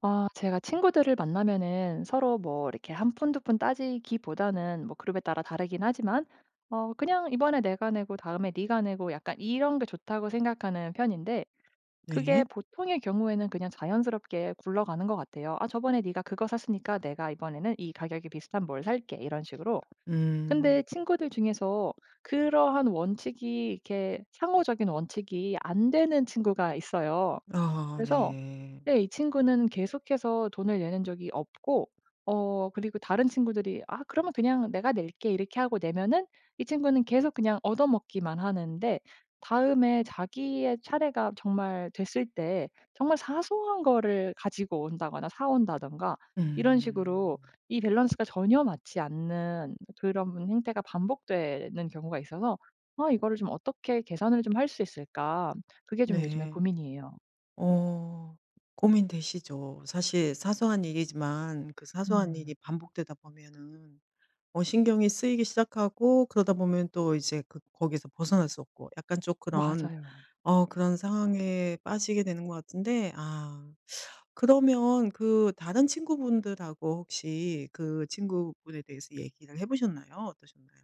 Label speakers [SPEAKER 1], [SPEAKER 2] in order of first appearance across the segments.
[SPEAKER 1] 아 제가 친구들을 만나면은 서로 뭐 이렇게 한 푼 두 푼 따지기보다는 뭐 그룹에 따라 다르긴 하지만 그냥 '이번에 내가 내고 다음에 네가 내고.' 약간 이런 게 좋다고 생각하는 편인데 그게
[SPEAKER 2] 네.
[SPEAKER 1] 보통의 경우에는 그냥 자연스럽게 굴러가는 것 같아요. '아 저번에 네가 그거 샀으니까 내가 이번에는 이 가격이 비슷한 뭘 살게.' 이런 식으로. 근데
[SPEAKER 2] 음.
[SPEAKER 1] 친구들 중에서 그러한 원칙이 이렇게 상호적인 원칙이 안 되는 친구가 있어요.
[SPEAKER 2] 아
[SPEAKER 1] 그래서
[SPEAKER 2] 네.
[SPEAKER 1] 네 이 친구는 계속해서 돈을 내는 적이 없고 그리고 다른 친구들이 "아 그러면 그냥 내가 낼게." 이렇게 하고 내면은 이 친구는 계속 그냥 얻어먹기만 하는데 다음에 자기의 차례가 정말 됐을 때 정말 사소한 거를 가지고 온다거나 사 온다든가 이런 식으로
[SPEAKER 2] 음.
[SPEAKER 1] 이 밸런스가 전혀 맞지 않는 그런 행태가 반복되는 경우가 있어서 '아 이거를 좀 어떻게 개선을 좀 할 수 있을까?' 그게 좀 요즘에
[SPEAKER 2] 네.
[SPEAKER 1] 고민이에요.
[SPEAKER 2] 어 고민되시죠. 사실 사소한 일이지만 그 사소한 일이
[SPEAKER 1] 음.
[SPEAKER 2] 반복되다 보면은 신경이 쓰이기 시작하고 그러다 보면 또 이제 그 거기서 벗어날 수 없고 약간 좀 그런
[SPEAKER 1] 맞아요.
[SPEAKER 2] 그런 상황에 빠지게 되는 것 같은데 아 그러면 그 다른 친구분들하고 혹시 그 친구분에 대해서 얘기를 해 보셨나요? 어떠셨나요?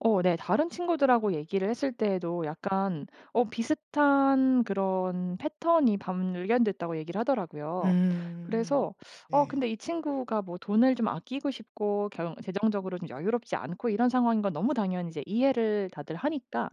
[SPEAKER 1] 네. 다른 친구들하고 얘기를 했을 때에도 약간 비슷한 그런 패턴이 발견됐다고 얘기를 하더라고요.
[SPEAKER 2] 음.
[SPEAKER 1] 그래서
[SPEAKER 2] 네.
[SPEAKER 1] 근데 이 친구가 뭐 돈을 좀 아끼고 싶고 경 재정적으로 좀 여유롭지 않고 이런 상황인 건 너무 당연히 이제 이해를 다들 하니까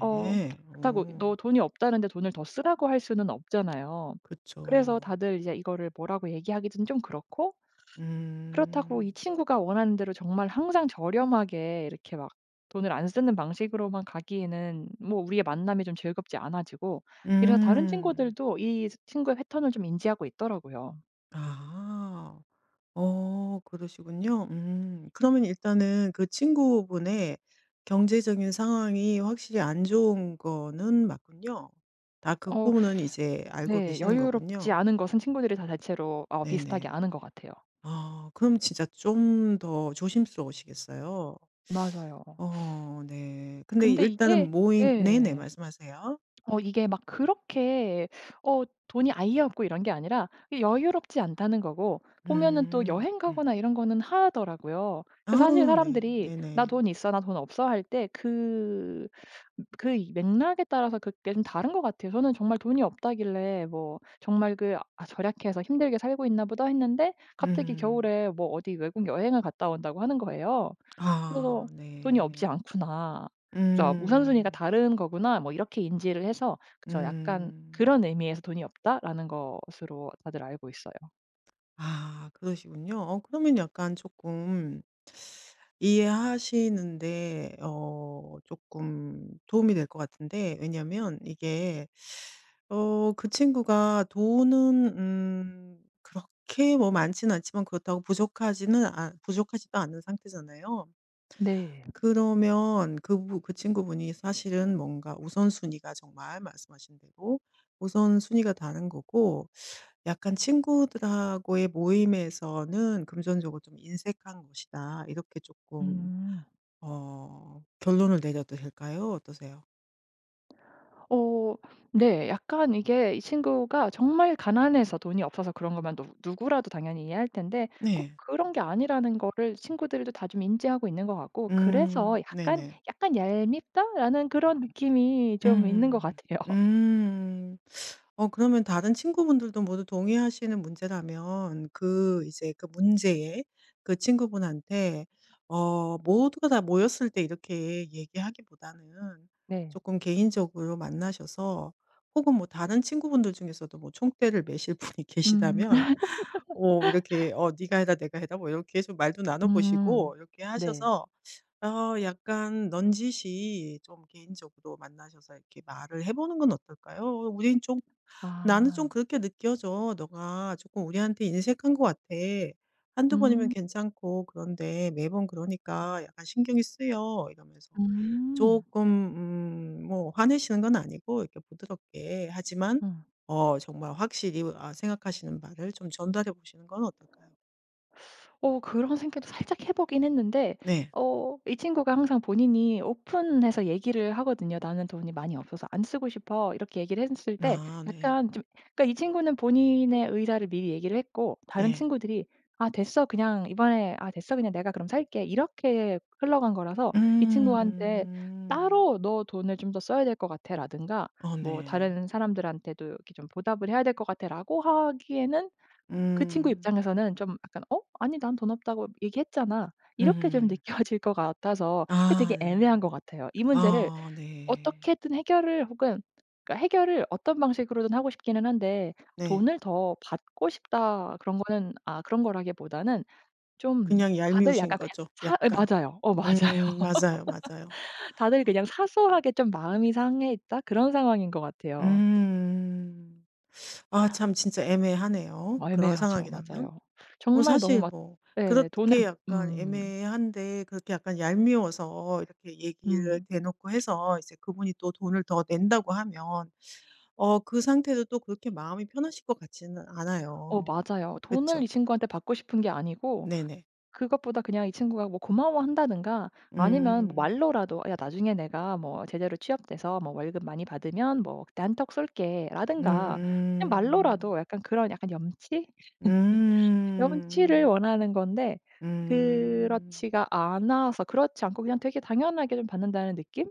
[SPEAKER 1] 어 그렇다고 "너 돈이 없다는데 돈을 더 쓰라."고 할 수는 없잖아요. 그래서
[SPEAKER 2] 그쵸.
[SPEAKER 1] 다들 이제 이거를 뭐라고 얘기하기는 좀 그렇고 그렇다고 이
[SPEAKER 2] 음.
[SPEAKER 1] 친구가 원하는 대로 정말 항상 저렴하게 이렇게 막 돈을 안 쓰는 방식으로만 가기에는 뭐 우리의 만남이 좀 즐겁지 않아지고 이래서 다른
[SPEAKER 2] 음.
[SPEAKER 1] 친구들도 이 친구의 패턴을 좀 인지하고 있더라고요.
[SPEAKER 2] 아. 그러시군요. 음. 그러면 일단은 그 친구분의 경제적인 상황이 확실히 안 좋은 거는 맞군요. 다 그
[SPEAKER 1] 어
[SPEAKER 2] 부분은 이제 알고
[SPEAKER 1] 네.
[SPEAKER 2] 계시는 거군요.
[SPEAKER 1] 여유롭지 않은 것은 친구들이 다 대체로 비슷하게
[SPEAKER 2] 네네.
[SPEAKER 1] 아는 것 같아요.
[SPEAKER 2] 아 그럼 진짜 좀 더 조심스러우시겠어요.
[SPEAKER 1] 맞아요.
[SPEAKER 2] 네. 근데
[SPEAKER 1] 근데
[SPEAKER 2] 일단은
[SPEAKER 1] 이게
[SPEAKER 2] 모임 네네.
[SPEAKER 1] 예.
[SPEAKER 2] 말씀하세요.
[SPEAKER 1] 이게 막 그렇게 어 돈이 아예 없고 이런 게 아니라 여유롭지 않다는 거고 보면은 또
[SPEAKER 2] 음.
[SPEAKER 1] 여행
[SPEAKER 2] 음.
[SPEAKER 1] 가거나 이런 거는 하더라고요. 그 사실
[SPEAKER 2] 아 네.
[SPEAKER 1] 사람들이 "나
[SPEAKER 2] 네네.
[SPEAKER 1] 돈 있어. 나 돈 없어." 할 때 이 맥락에 따라서 그게 좀 다른 것 같아요. 저는 정말 돈이 없다길래 뭐 정말 그 '아 절약해서 힘들게 살고 있나 보다.' 했는데 갑자기
[SPEAKER 2] 음.
[SPEAKER 1] 겨울에 뭐 어디 외국 여행을 갔다 온다고 하는 거예요. 그래서
[SPEAKER 2] 아
[SPEAKER 1] '돈이
[SPEAKER 2] 네.
[SPEAKER 1] 없지 않구나. 그래서 우선순위가
[SPEAKER 2] 음.
[SPEAKER 1] 다른 거구나.' 뭐 이렇게 인지를 해서 그래서 약간
[SPEAKER 2] 음.
[SPEAKER 1] 그런 의미에서 '돈이 없다.'라는 것으로 다들 알고 있어요.
[SPEAKER 2] 아 그러시군요. 그러면 약간 조금 이해하시는데 조금 도움이 될 것 같은데 왜냐면 이게 그 친구가 돈은 그렇게 뭐 많지는 않지만 그렇다고 부족하지도 않은 상태잖아요.
[SPEAKER 1] 네.
[SPEAKER 2] 그러면 그부 그 친구분이 사실은 뭔가 우선순위가 정말 말씀하신 대로 우선순위가 다른 거고 약간 '친구들하고의 모임에서는 금전적으로 좀 인색한 것이다.' 이렇게 조금
[SPEAKER 1] 음.
[SPEAKER 2] 결론을 내려도 될까요? 어떠세요?
[SPEAKER 1] 어 네. 약간 이게 이 친구가 정말 가난해서 돈이 없어서 그런 거면 누 누구라도 당연히 이해할 텐데 꼭
[SPEAKER 2] 네.
[SPEAKER 1] 그런 게 아니라는 거를 친구들도 다 좀 인지하고 있는 것 같고 그래서 약간
[SPEAKER 2] 네네.
[SPEAKER 1] '약간 얄밉다.'라는 그런 느낌이 좀 있는 것
[SPEAKER 2] 음.
[SPEAKER 1] 같아요.
[SPEAKER 2] 음. 그러면 다른 친구분들도 모두 동의하시는 문제라면 그 이제 그 문제에 그 친구분한테 모두가 다 모였을 때 이렇게 얘기하기보다는
[SPEAKER 1] 네.
[SPEAKER 2] 조금 개인적으로 만나셔서 혹은 뭐 다른 친구분들 중에서도 뭐 총대를 메실 분이
[SPEAKER 1] 음.
[SPEAKER 2] 계시다면 오 이렇게 "네가 해라. 내가 해라." 뭐 이렇게 좀 말도 나눠
[SPEAKER 1] 음.
[SPEAKER 2] 보시고 이렇게
[SPEAKER 1] 네.
[SPEAKER 2] 하셔서 약간 넌지시 좀 개인적으로 만나셔서 이렇게 말을 해 보는 건 어떨까요? "우린 좀 나는 좀
[SPEAKER 1] 아.
[SPEAKER 2] 그렇게 느껴져. 너가 조금 우리한테 인색한 것 같아. 한두 번이면
[SPEAKER 1] 음.
[SPEAKER 2] 괜찮고 그런데 매번 그러니까 약간 신경이 쓰여." 이러면서
[SPEAKER 1] 음.
[SPEAKER 2] 조금 뭐 화내시는 건 아니고 이렇게 부드럽게 하지만
[SPEAKER 1] 음.
[SPEAKER 2] 정말 확실히 생각하시는 바를 좀 전달해 보시는 건 어떨까요?
[SPEAKER 1] 그런 생각도 살짝 해 보긴 했는데
[SPEAKER 2] 네.
[SPEAKER 1] 이 친구가 항상 본인이 오픈해서 얘기를 하거든요. "나는 돈이 많이 없어서 안 쓰고 싶어." 이렇게 얘기를 했을 때
[SPEAKER 2] 아 네.
[SPEAKER 1] 약간 좀 그러니까 이 친구는 본인의 의사를 미리 얘기를 했고 다른
[SPEAKER 2] 네.
[SPEAKER 1] 친구들이 "아 됐어. 그냥 이번에 아 됐어. 그냥 내가 그럼 살게." 이렇게 흘러간
[SPEAKER 2] 음.
[SPEAKER 1] 거라서 이 친구한테
[SPEAKER 2] 음.
[SPEAKER 1] 따로 "너 돈을 좀 더 써야 될 것 같아."라든가 뭐
[SPEAKER 2] 네.
[SPEAKER 1] "다른 사람들한테도 이렇게 좀 보답을 해야 될 것 같아."라고 하기에는 그 친구
[SPEAKER 2] 음.
[SPEAKER 1] 입장에서는 좀 약간 '어? 아니 난 돈 없다고 얘기했잖아.' 이렇게 좀
[SPEAKER 2] 음.
[SPEAKER 1] 느껴질 것 같아서 이게
[SPEAKER 2] 아
[SPEAKER 1] 되게
[SPEAKER 2] 네.
[SPEAKER 1] 애매한 것 같아요. 이 문제를
[SPEAKER 2] 아 네.
[SPEAKER 1] 어떻게든 해결을 혹은 그러니까 해결을 어떤 방식으로든 하고 싶기는 한데
[SPEAKER 2] 네.
[SPEAKER 1] '돈을 더 받고 싶다.' 그런 거는 아 그런 거라기보다는 좀
[SPEAKER 2] 그냥
[SPEAKER 1] 다들
[SPEAKER 2] 얄미우신
[SPEAKER 1] 약간 그냥
[SPEAKER 2] 거죠
[SPEAKER 1] 사 예
[SPEAKER 2] 약간.
[SPEAKER 1] 맞아요. 맞아요.
[SPEAKER 2] 맞아요, 맞아요.
[SPEAKER 1] 다들
[SPEAKER 2] 어
[SPEAKER 1] 그냥 사소하게 좀 마음이 상해 있다 그런 상황인 것 같아요.
[SPEAKER 2] 음. 아 참 진짜 애매하네요
[SPEAKER 1] 뭐
[SPEAKER 2] 그런
[SPEAKER 1] 애매하죠.
[SPEAKER 2] 상황이라면.
[SPEAKER 1] 맞아요.
[SPEAKER 2] 뭐
[SPEAKER 1] 정말 너무
[SPEAKER 2] 사실
[SPEAKER 1] 막
[SPEAKER 2] 뭐
[SPEAKER 1] 예 돈을
[SPEAKER 2] 그렇게 약간
[SPEAKER 1] 음.
[SPEAKER 2] 애매한데 그렇게 약간 얄미워서 이렇게 얘기를
[SPEAKER 1] 음.
[SPEAKER 2] 대놓고 해서 이제 그분이 또 돈을 더 낸다고 하면 그 상태도 또 그렇게 마음이 편하실 것 같지는 않아요.
[SPEAKER 1] 맞아요. 돈을
[SPEAKER 2] 그쵸.
[SPEAKER 1] 이 친구한테 받고 싶은 게 아니고
[SPEAKER 2] 네네.
[SPEAKER 1] 그것보다 그냥 이 친구가 뭐 고마워한다든가 아니면 뭐
[SPEAKER 2] 음.
[SPEAKER 1] 말로라도 "야 나중에 내가 뭐 제대로 취업돼서 뭐 월급 많이 받으면 뭐 그때 한턱 쏠게."라든가 그냥
[SPEAKER 2] 음.
[SPEAKER 1] 말로라도 약간 그런 약간 염치? 염치를
[SPEAKER 2] 음.
[SPEAKER 1] 원하는 건데
[SPEAKER 2] 음.
[SPEAKER 1] 그렇지가 않아서 그렇지 않고 그냥 되게 당연하게 좀 받는다는 느낌?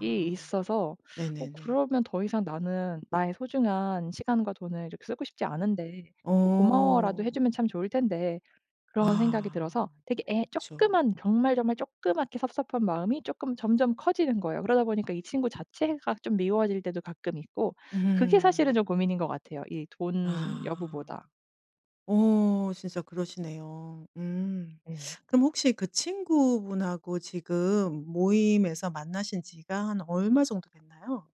[SPEAKER 1] 이 있어서
[SPEAKER 2] 네네네.
[SPEAKER 1] 그러면 더 이상 나는 나의 소중한 시간과 돈을 이렇게 쓰고 싶지 않은데 고마워라도 해
[SPEAKER 2] 어.
[SPEAKER 1] 주면 참 좋을 텐데 그런 생각이
[SPEAKER 2] 아.
[SPEAKER 1] 들어서 되게 애그
[SPEAKER 2] 그쵸.
[SPEAKER 1] 만 정말, 정말 조그맣게 섭섭한 마음이 조금 점점 커지는 거예요. 그러다 보니까 이 친구 자체가 좀 미워질 때도 가끔 있고 그게 사실은
[SPEAKER 2] 음.
[SPEAKER 1] 좀 고민인 것 같아요, 이 돈
[SPEAKER 2] 아.
[SPEAKER 1] 여부보다.
[SPEAKER 2] 오. 진짜 그러시네요. 음.
[SPEAKER 1] 네.
[SPEAKER 2] 그럼 혹시 그 친구분하고 지금 모임에서 만나신 지가 한 얼마 정도 됐나요?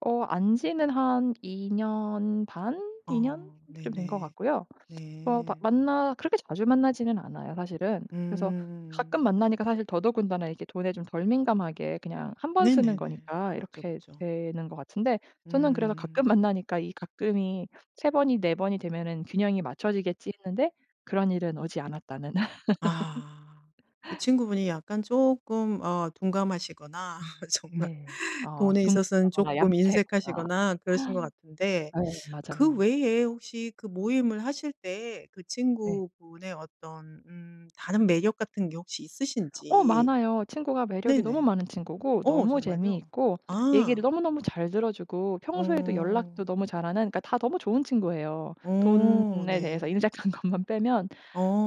[SPEAKER 1] 안 지는 한 2년 반? 2년 좀 된 것
[SPEAKER 2] 네네.
[SPEAKER 1] 같고요. 어 마
[SPEAKER 2] 네.
[SPEAKER 1] 만나 그렇게 자주 만나지는 않아요 사실은. 그래서 가끔
[SPEAKER 2] 음.
[SPEAKER 1] 만나니까 사실 더더군다나 이게 돈에 좀 덜 민감하게 그냥 한 번 쓰는
[SPEAKER 2] 네네네.
[SPEAKER 1] 거니까
[SPEAKER 2] 그쵸,
[SPEAKER 1] 이렇게
[SPEAKER 2] 그쵸.
[SPEAKER 1] 되는 것 같은데 저는 그래서 가끔
[SPEAKER 2] 음.
[SPEAKER 1] 만나니까 이 가끔이 세 번이 네 번이 되면은 '균형이 맞춰지겠지.' 했는데 그런 일은 오지 않았다는.
[SPEAKER 2] 아. 그 친구분이 약간 조금 둔감하시거나
[SPEAKER 1] 네.
[SPEAKER 2] 정말
[SPEAKER 1] 아
[SPEAKER 2] 돈에 있어서는
[SPEAKER 1] 굶거나
[SPEAKER 2] 조금
[SPEAKER 1] 얌체거나
[SPEAKER 2] 인색하시거나 그러신 것 같은데
[SPEAKER 1] 예
[SPEAKER 2] 그
[SPEAKER 1] 맞아요.
[SPEAKER 2] 외에 혹시 그 모임을 하실 때 그
[SPEAKER 1] 네.
[SPEAKER 2] 친구분의 어떤 다른 매력 같은 게 혹시 있으신지.
[SPEAKER 1] 많아요. 친구가 매력이 너무
[SPEAKER 2] 네네.
[SPEAKER 1] 많은 친구고 너무
[SPEAKER 2] 정말요?
[SPEAKER 1] 재미있고 얘기를
[SPEAKER 2] 아.
[SPEAKER 1] 너무너무 잘 들어 주고 평소에도 연락도
[SPEAKER 2] 어.
[SPEAKER 1] 너무 잘하는 그러니까 다 너무 좋은 친구예요. 돈에
[SPEAKER 2] 네.
[SPEAKER 1] 대해서 인색한 것만 빼면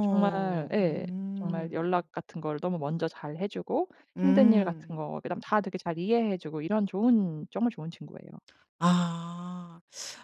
[SPEAKER 1] 정말 예 정말
[SPEAKER 2] 음.
[SPEAKER 1] 연락 같은 걸 너무 먼저 잘해 주고 힘든 일 같은
[SPEAKER 2] 음.
[SPEAKER 1] 거 그다음 다 되게 잘 이해해 주고 이런 좋은 정말 좋은 친구예요.
[SPEAKER 2] 아.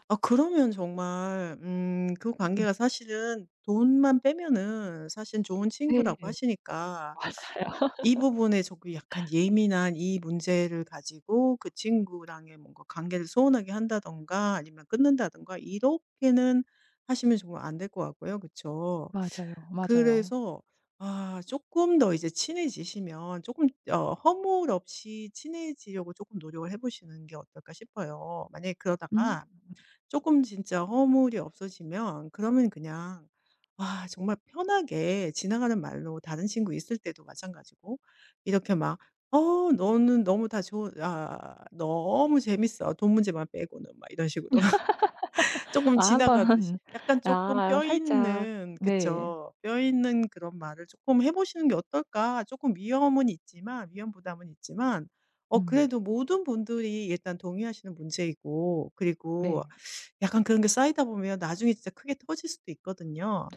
[SPEAKER 2] 아 그러면 정말 그
[SPEAKER 1] 음
[SPEAKER 2] 관계가 사실은 돈만 빼면은 사실 좋은 친구라고
[SPEAKER 1] 네.
[SPEAKER 2] 하시니까
[SPEAKER 1] 맞아요.
[SPEAKER 2] 이 부분에 조금 약간 예민한 이 문제를 가지고 그 친구랑의 뭔가 관계를 소원하게 한다든가 아니면 끊는다든가 이렇게는 하시면 정말 안 될 것 같고요. 그쵸?
[SPEAKER 1] 맞아요, 맞아요.
[SPEAKER 2] 그래서 조금 더 이제 친해지시면 조금 허물 없이 친해지려고 조금 노력을 해 보시는 게 어떨까 싶어요. 만약에
[SPEAKER 1] 음.
[SPEAKER 2] 그러다가 조금 진짜 허물이 없어지면 그러면 그냥 정말 편하게 지나가는 말로 다른 친구 있을 때도 마찬가지고 이렇게 막 "어 너는 너무 다 좋은 아 너무 재밌어. 돈 문제만 빼고는." 막 이런 식으로. 조금
[SPEAKER 1] 아 한번
[SPEAKER 2] 지나가듯이 약간 조금
[SPEAKER 1] 아
[SPEAKER 2] 뼈
[SPEAKER 1] 살짝
[SPEAKER 2] 있는
[SPEAKER 1] 네.
[SPEAKER 2] 그쵸. '뼈 있는 그런 말을 조금 해 보시는 게 어떨까?' 조금 위험은 있지만 위험 부담은 있지만
[SPEAKER 1] 음
[SPEAKER 2] 그래도 모든 분들이 일단 동의하시는 문제이고 그리고
[SPEAKER 1] 네.
[SPEAKER 2] 약간 그런 게 쌓이다 보면 나중에 진짜 크게 터질 수도 있거든요.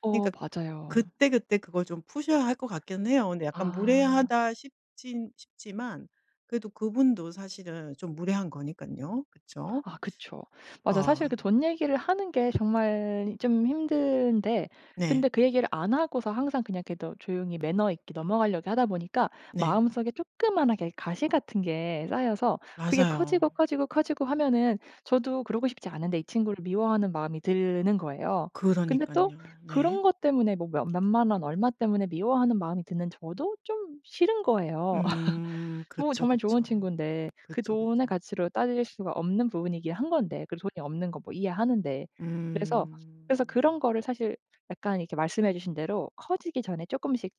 [SPEAKER 2] 그러니까
[SPEAKER 1] 맞아요.
[SPEAKER 2] 그때그때 그걸 좀 푸셔야 할 것 같기는 해요. 근데 약간
[SPEAKER 1] 아.
[SPEAKER 2] 무례하다 싶진 싶지만 그래도 그분도 사실은 좀 무례한 거니깐요. 그쵸?
[SPEAKER 1] 아 그쵸.
[SPEAKER 2] 어
[SPEAKER 1] 맞아. 사실 그 돈 얘기를 하는 게 정말 좀 힘든데
[SPEAKER 2] 네.
[SPEAKER 1] 근데 그 얘기를 안 하고서 항상 그냥 그래도 조용히 매너 있게 넘어가려고 하다 보니까
[SPEAKER 2] 네.
[SPEAKER 1] 마음속에 조그만하게 가시 같은 게 쌓여서 그게 커지고,
[SPEAKER 2] 맞아요.
[SPEAKER 1] 커지고, 커지고 하면은 저도 그러고 싶지 않은데 이 친구를 미워하는 마음이 드는 거예요. 근데 또
[SPEAKER 2] 그러니깐요. 네.
[SPEAKER 1] 그런 것 때문에 뭐 몇 몇만 원 얼마 때문에 미워하는 마음이 드는 저도 좀 싫은 거예요.
[SPEAKER 2] 음.
[SPEAKER 1] 뭐
[SPEAKER 2] 그쵸,
[SPEAKER 1] 정말 좋은
[SPEAKER 2] 그쵸.
[SPEAKER 1] 친구인데 그
[SPEAKER 2] 그쵸,
[SPEAKER 1] 돈의
[SPEAKER 2] 그쵸.
[SPEAKER 1] 가치로 따질 수가 없는 부분이긴 한 건데 그리고 돈이 없는 거 뭐 이해하는데. 그래서, 그래서
[SPEAKER 2] 음.
[SPEAKER 1] 그런 거를 사실 약간 이렇게 말씀해 주신 대로 커지기 전에 조금씩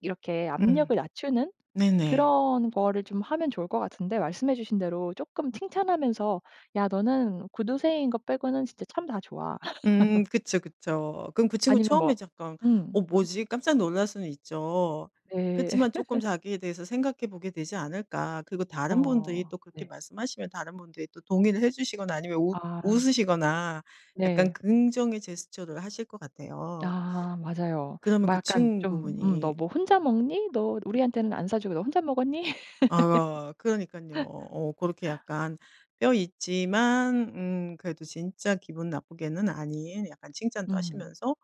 [SPEAKER 1] 이렇게 압력을
[SPEAKER 2] 음.
[SPEAKER 1] 낮추는
[SPEAKER 2] 네네.
[SPEAKER 1] 그런 거를 좀 하면 좋을 것 같은데 말씀해 주신 대로 조금 칭찬하면서 "야 너는 구두쇠인 것 빼고는 진짜 참 다 좋아."
[SPEAKER 2] 음. 그쵸, 그쵸. 그럼 그 친구는
[SPEAKER 1] 아니면 뭐
[SPEAKER 2] 처음에 잠깐
[SPEAKER 1] 음.
[SPEAKER 2] '어 뭐지?' 깜짝 놀랄 수는 있죠.
[SPEAKER 1] 네.
[SPEAKER 2] 그치만 쪼끔 자기에 대해서 생각해 보게 되지 않을까. 그리고 다른 분들이
[SPEAKER 1] 어.
[SPEAKER 2] 또 그렇게
[SPEAKER 1] 네.
[SPEAKER 2] 말씀하시면 다른 분들이 또 동의를 해 주시거나 아니면 웃
[SPEAKER 1] 아.
[SPEAKER 2] 웃으시거나
[SPEAKER 1] 네.
[SPEAKER 2] 약간 긍정의 제스처를 하실 것 같아요.
[SPEAKER 1] 아 맞아요.
[SPEAKER 2] 그러면
[SPEAKER 1] 막
[SPEAKER 2] 그
[SPEAKER 1] 약간 좀 "너
[SPEAKER 2] 친구분이
[SPEAKER 1] 뭐 혼자 먹니? 너 우리한테는 안 사주고 너 혼자 먹었니?"
[SPEAKER 2] 그러니까요어렇게 약간 뼈 있지만 그래도 진짜 기분 나쁘게는 아닌 약간 칭찬도
[SPEAKER 1] 음
[SPEAKER 2] 하시면서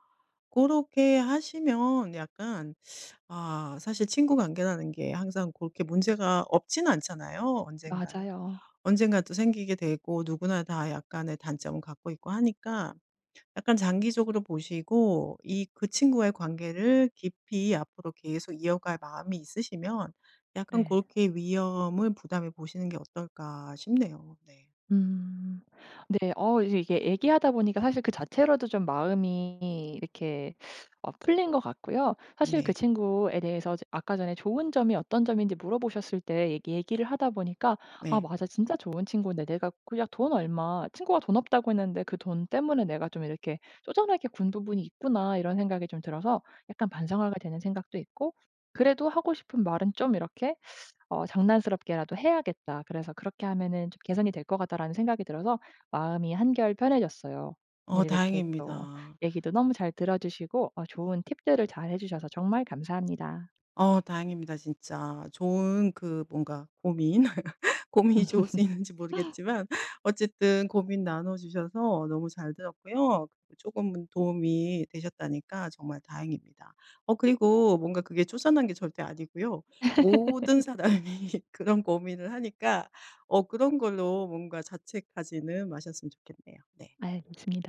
[SPEAKER 2] 그렇게 하시면 약간 사실 친구 관계라는 게 항상 그렇게 문제가 없진 않잖아요 언젠가는.
[SPEAKER 1] 맞아요.
[SPEAKER 2] 언젠가 또 생기게 되고 누구나 다 약간의 단점은 갖고 있고 하니까 약간 장기적으로 보시고 이 그 친구와의 관계를 깊이 앞으로 계속 이어갈 마음이 있으시면 약간 그
[SPEAKER 1] 네.
[SPEAKER 2] 렇게 위험을 부담해 보시는 게 어떨까 싶네요. 네.
[SPEAKER 1] 음. 네. 이제 이게 얘기하다 보니까 사실 그 자체로도 좀 마음이 이렇게 풀린 것 같고요. 사실 그
[SPEAKER 2] 네.
[SPEAKER 1] 친구에 대해서 이제 아까 전에 좋은 점이 어떤 점인지 물어보셨을 때 얘기를 하다 보니까 '아
[SPEAKER 2] 네.
[SPEAKER 1] 맞아. 진짜 좋은 친구인데 내가 그냥 돈 얼마 친구가 돈 없다고 했는데 그 돈 때문에 내가 좀 이렇게 쪼잔하게 군 부분이 있구나.' 이런 생각이 좀 들어서 약간 반성하게 되는 생각도 있고 그래도 하고 싶은 말은 좀 이렇게 '장난스럽게라도 해야겠다.' 그래서 '그렇게 하면은 좀 개선이 될 것 같다.'라는 생각이 들어서 마음이 한결 편해졌어요. 오늘 이렇게 또
[SPEAKER 2] 다행입니다.
[SPEAKER 1] 얘기도 너무 잘 들어 주시고 좋은 팁들을 잘해 주셔서 정말 감사합니다.
[SPEAKER 2] 다행입니다 진짜. 좋은 그 뭔가 고민이 좋을 수 있는지 모르겠지만 어쨌든 고민 나눠 주셔서 너무 잘 들었고요. 그리고 금은 도움이 되셨다니까 정말 다행입니다. 그리고 뭔가 그게 쪼잔한 게 절대 아니고요. 모든 사람이 그런 고민을 하니까 그런 걸로 뭔가 자책하지는 마셨으면 좋겠네요. 네.
[SPEAKER 1] 알겠습니다.